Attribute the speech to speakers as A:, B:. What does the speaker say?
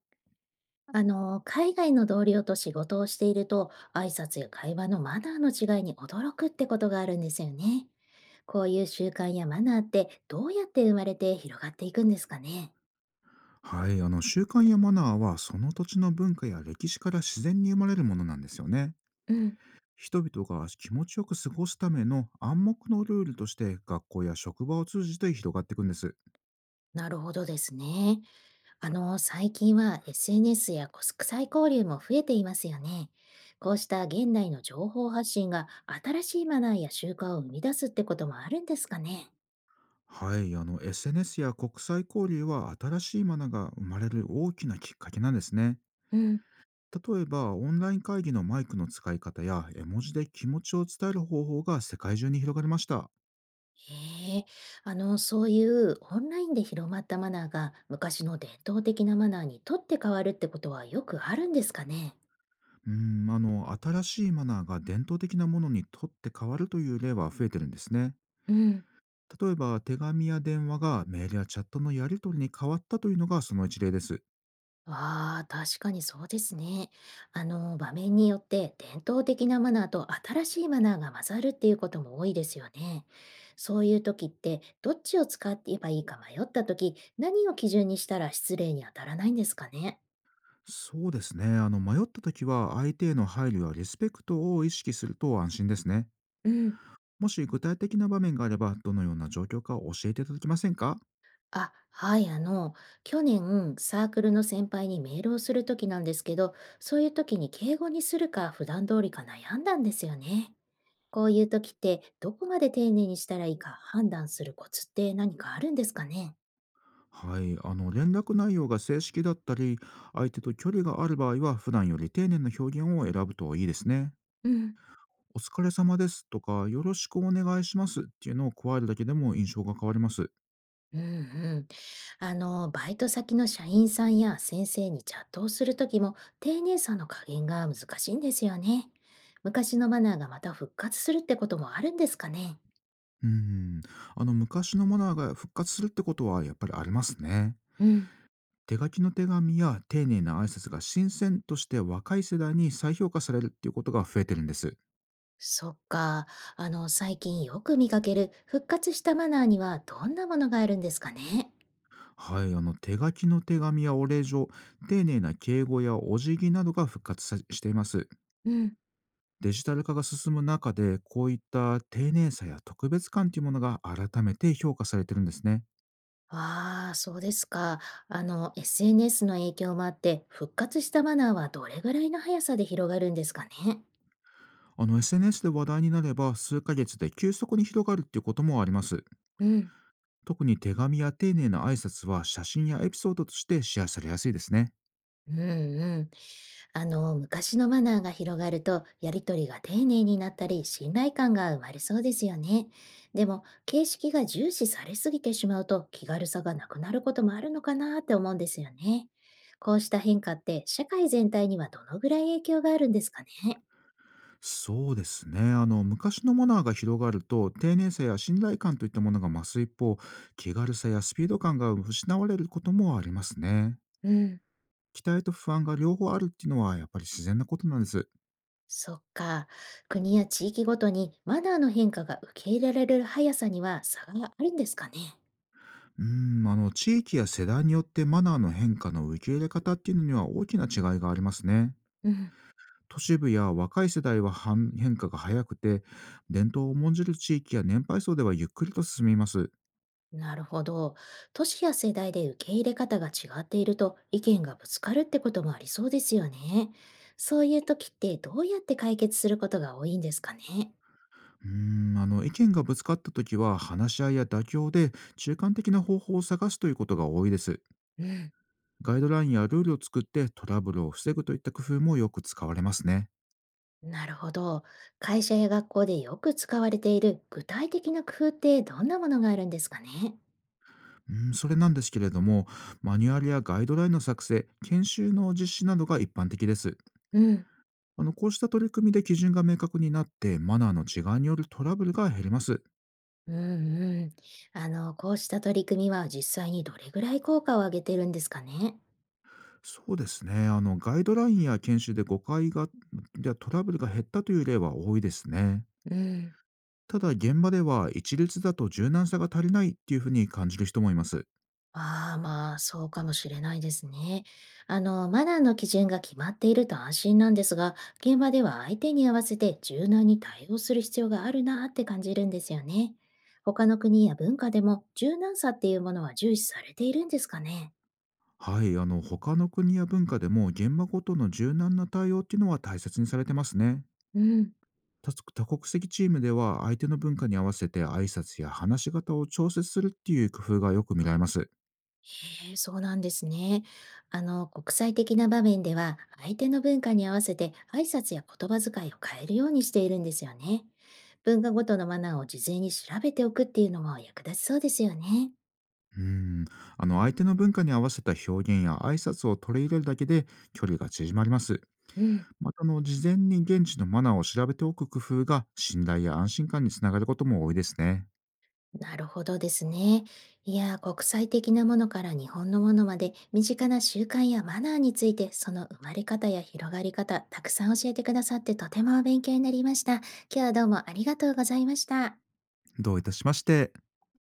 A: 海外の同僚と仕事をしていると、挨拶や会話のマナーの違いに驚くってことがあるんですよね。こういう習慣やマナーってどうやって生まれて広がっていくんですかね。
B: はい、習慣やマナーはその土地の文化や歴史から自然に生まれるものなんですよね。
A: うん、
B: 人々が気持ちよく過ごすための暗黙のルールとして、学校や職場を通じて広がっていくんです。
A: なるほどですね。最近は SNS や国際交流も増えていますよね。こうした現代の情報発信が新しいマナーや習慣を生み出すってこともあるんですかね。
B: はい、SNS や国際交流は新しいマナーが生まれる大きなきっかけなんですね。
A: うん。
B: 例えば、オンライン会議のマイクの使い方や絵文字で気持ちを伝える方法が世界中に広がりました。
A: へえ、そういうオンラインで広まったマナーが昔の伝統的なマナーにとって変わるってことはよくあるんですかね。
B: うん、新しいマナーが伝統的なものにとって変わるという例は増えてるんですね。
A: うん。
B: 例えば、手紙や電話がメールやチャットのやり取りに変わったというのが、その一例です。
A: ああ、確かにそうですね。場面によって伝統的なマナーと新しいマナーが混ざるっていうことも多いですよね。そういう時って、どっちを使っていえばいいか迷った時、何を基準にしたら失礼に当たらないんですかね。
B: そうですね。迷った時は、相手への配慮やリスペクトを意識すると安心ですね。
A: うん。
B: もし具体的な場面があれば、どのような状況か教えていただけませんか？
A: あ、はい、去年、サークルの先輩にメールをするときなんですけど、そういうときに敬語にするか普段通りか悩んだんですよね。こういうときって、どこまで丁寧にしたらいいか判断するコツって何かあるんですかね。
B: はい。連絡内容が正式だったり、相手と距離がある場合は、普段より丁寧な表現を選ぶといいですね。
A: うん、
B: お疲れ様ですとか、よろしくお願いしますっていうのを加えるだけでも、印象が変わります。
A: うんうん。バイト先の社員さんや先生にチャットをするときも、丁寧さの加減が難しいんですよね。昔のマナーがまた復活するってこともあるんですかね。
B: うん。昔のマナーが復活するってことは、やっぱりありますね。
A: うん。
B: 手書きの手紙や丁寧な挨拶が新鮮として、若い世代に再評価されるっていうことが増えてるんです。
A: そっか。最近よく見かける復活したマナーにはどんなものがあるんですかね。
B: はい、手書きの手紙やお礼状、丁寧な敬語やお辞儀などが復活さしています。
A: うん、
B: デジタル化が進む中で、こういった丁寧さや特別感というものが改めて評価されてるんですね。
A: ああ、そうですか。あの、SNS の影響もあって、復活したマナーはどれぐらいの速さで広がるんですかね。
B: SNS で話題になれば、数ヶ月で急速に広がるっていうこともあります。
A: うん
B: 特に手紙や丁寧な挨拶は、写真やエピソードとしてシェアされやすいですね。
A: うんうん。昔のマナーが広がると、やりとりが丁寧になったり、信頼感が生まれそうですよね。でも、形式が重視されすぎてしまうと、気軽さがなくなることもあるのかなって思うんですよね。こうした変化って、社会全体にはどのぐらい影響があるんですかね。
B: そうですね。昔のマナーが広がると、丁寧さや信頼感といったものが増す一方、気軽さやスピード感が失われることもありますね。
A: うん。
B: 期待と不安が両方あるっていうのは、やっぱり自然なことなんです。
A: そっか。国や地域ごとにマナーの変化が受け入れられる速さには差があるんですかね。
B: うーん、地域や世代によってマナーの変化の受け入れ方っていうのには、大きな違いがありますね。
A: うん。
B: 都市部や若い世代は反変化が早くて、伝統を重んじる地域や年配層ではゆっくりと進みます。
A: なるほど。年や世代で受け入れ方が違っていると意見がぶつかるってこともありそうですよね。そういう時ってどうやって解決することが多いんですかね。
B: うーん、意見がぶつかった時は、話し合いや妥協で中間的な方法を探すということが多いです。
A: うん、
B: ガイドラインやルールを作ってトラブルを防ぐといった工夫もよく使われますね。
A: なるほど。会社や学校でよく使われている具体的な工夫ってどんなものがあるんですかね。
B: うん、それなんですけれども、マニュアルやガイドラインの作成、研修の実施などが一般的です。
A: うん、
B: こうした取り組みで基準が明確になって、マナーの違いによるトラブルが減ります。
A: うんうん。こうした取り組みは実際にどれぐらい効果を上げてるんですかね。
B: そうですね。ガイドラインや研修で誤解がやトラブルが減ったという例は多いですね。
A: うん。
B: ただ、現場では一律だと柔軟さが足りないっていうふうに感じる人もいます。
A: ああ、まあ、そうかもしれないですね。マナーの基準が決まっていると安心なんですが、現場では相手に合わせて柔軟に対応する必要があるなって感じるんですよね。他の国や文化でも柔軟さっていうものは重視されているんですかね。
B: はい。他の国や文化でも、現場ごとの柔軟な対応っていうのは大切にされてますね。
A: うん。
B: 多族多国籍チームでは、相手の文化に合わせて挨拶や話し方を調節するっていう工夫がよく見られます。
A: へえ、そうなんですね。国際的な場面では、相手の文化に合わせて挨拶や言葉遣いを変えるようにしているんですよね。文化ごとのマナーを事前に調べておくっていうのも役立ちそうですよね。
B: うん。相手の文化に合わせた表現や挨拶を取り入れるだけで、距離が縮まります。
A: うん、
B: また事前に現地のマナーを調べておく工夫が、信頼や安心感につながることも多いですね。
A: なるほどですね。いや、国際的なものから日本のものまで、身近な習慣やマナーについて、その生まれ方や広がり方、たくさん教えてくださってとても勉強になりました。今日はどうもありがとうございました。
B: どういたしまして。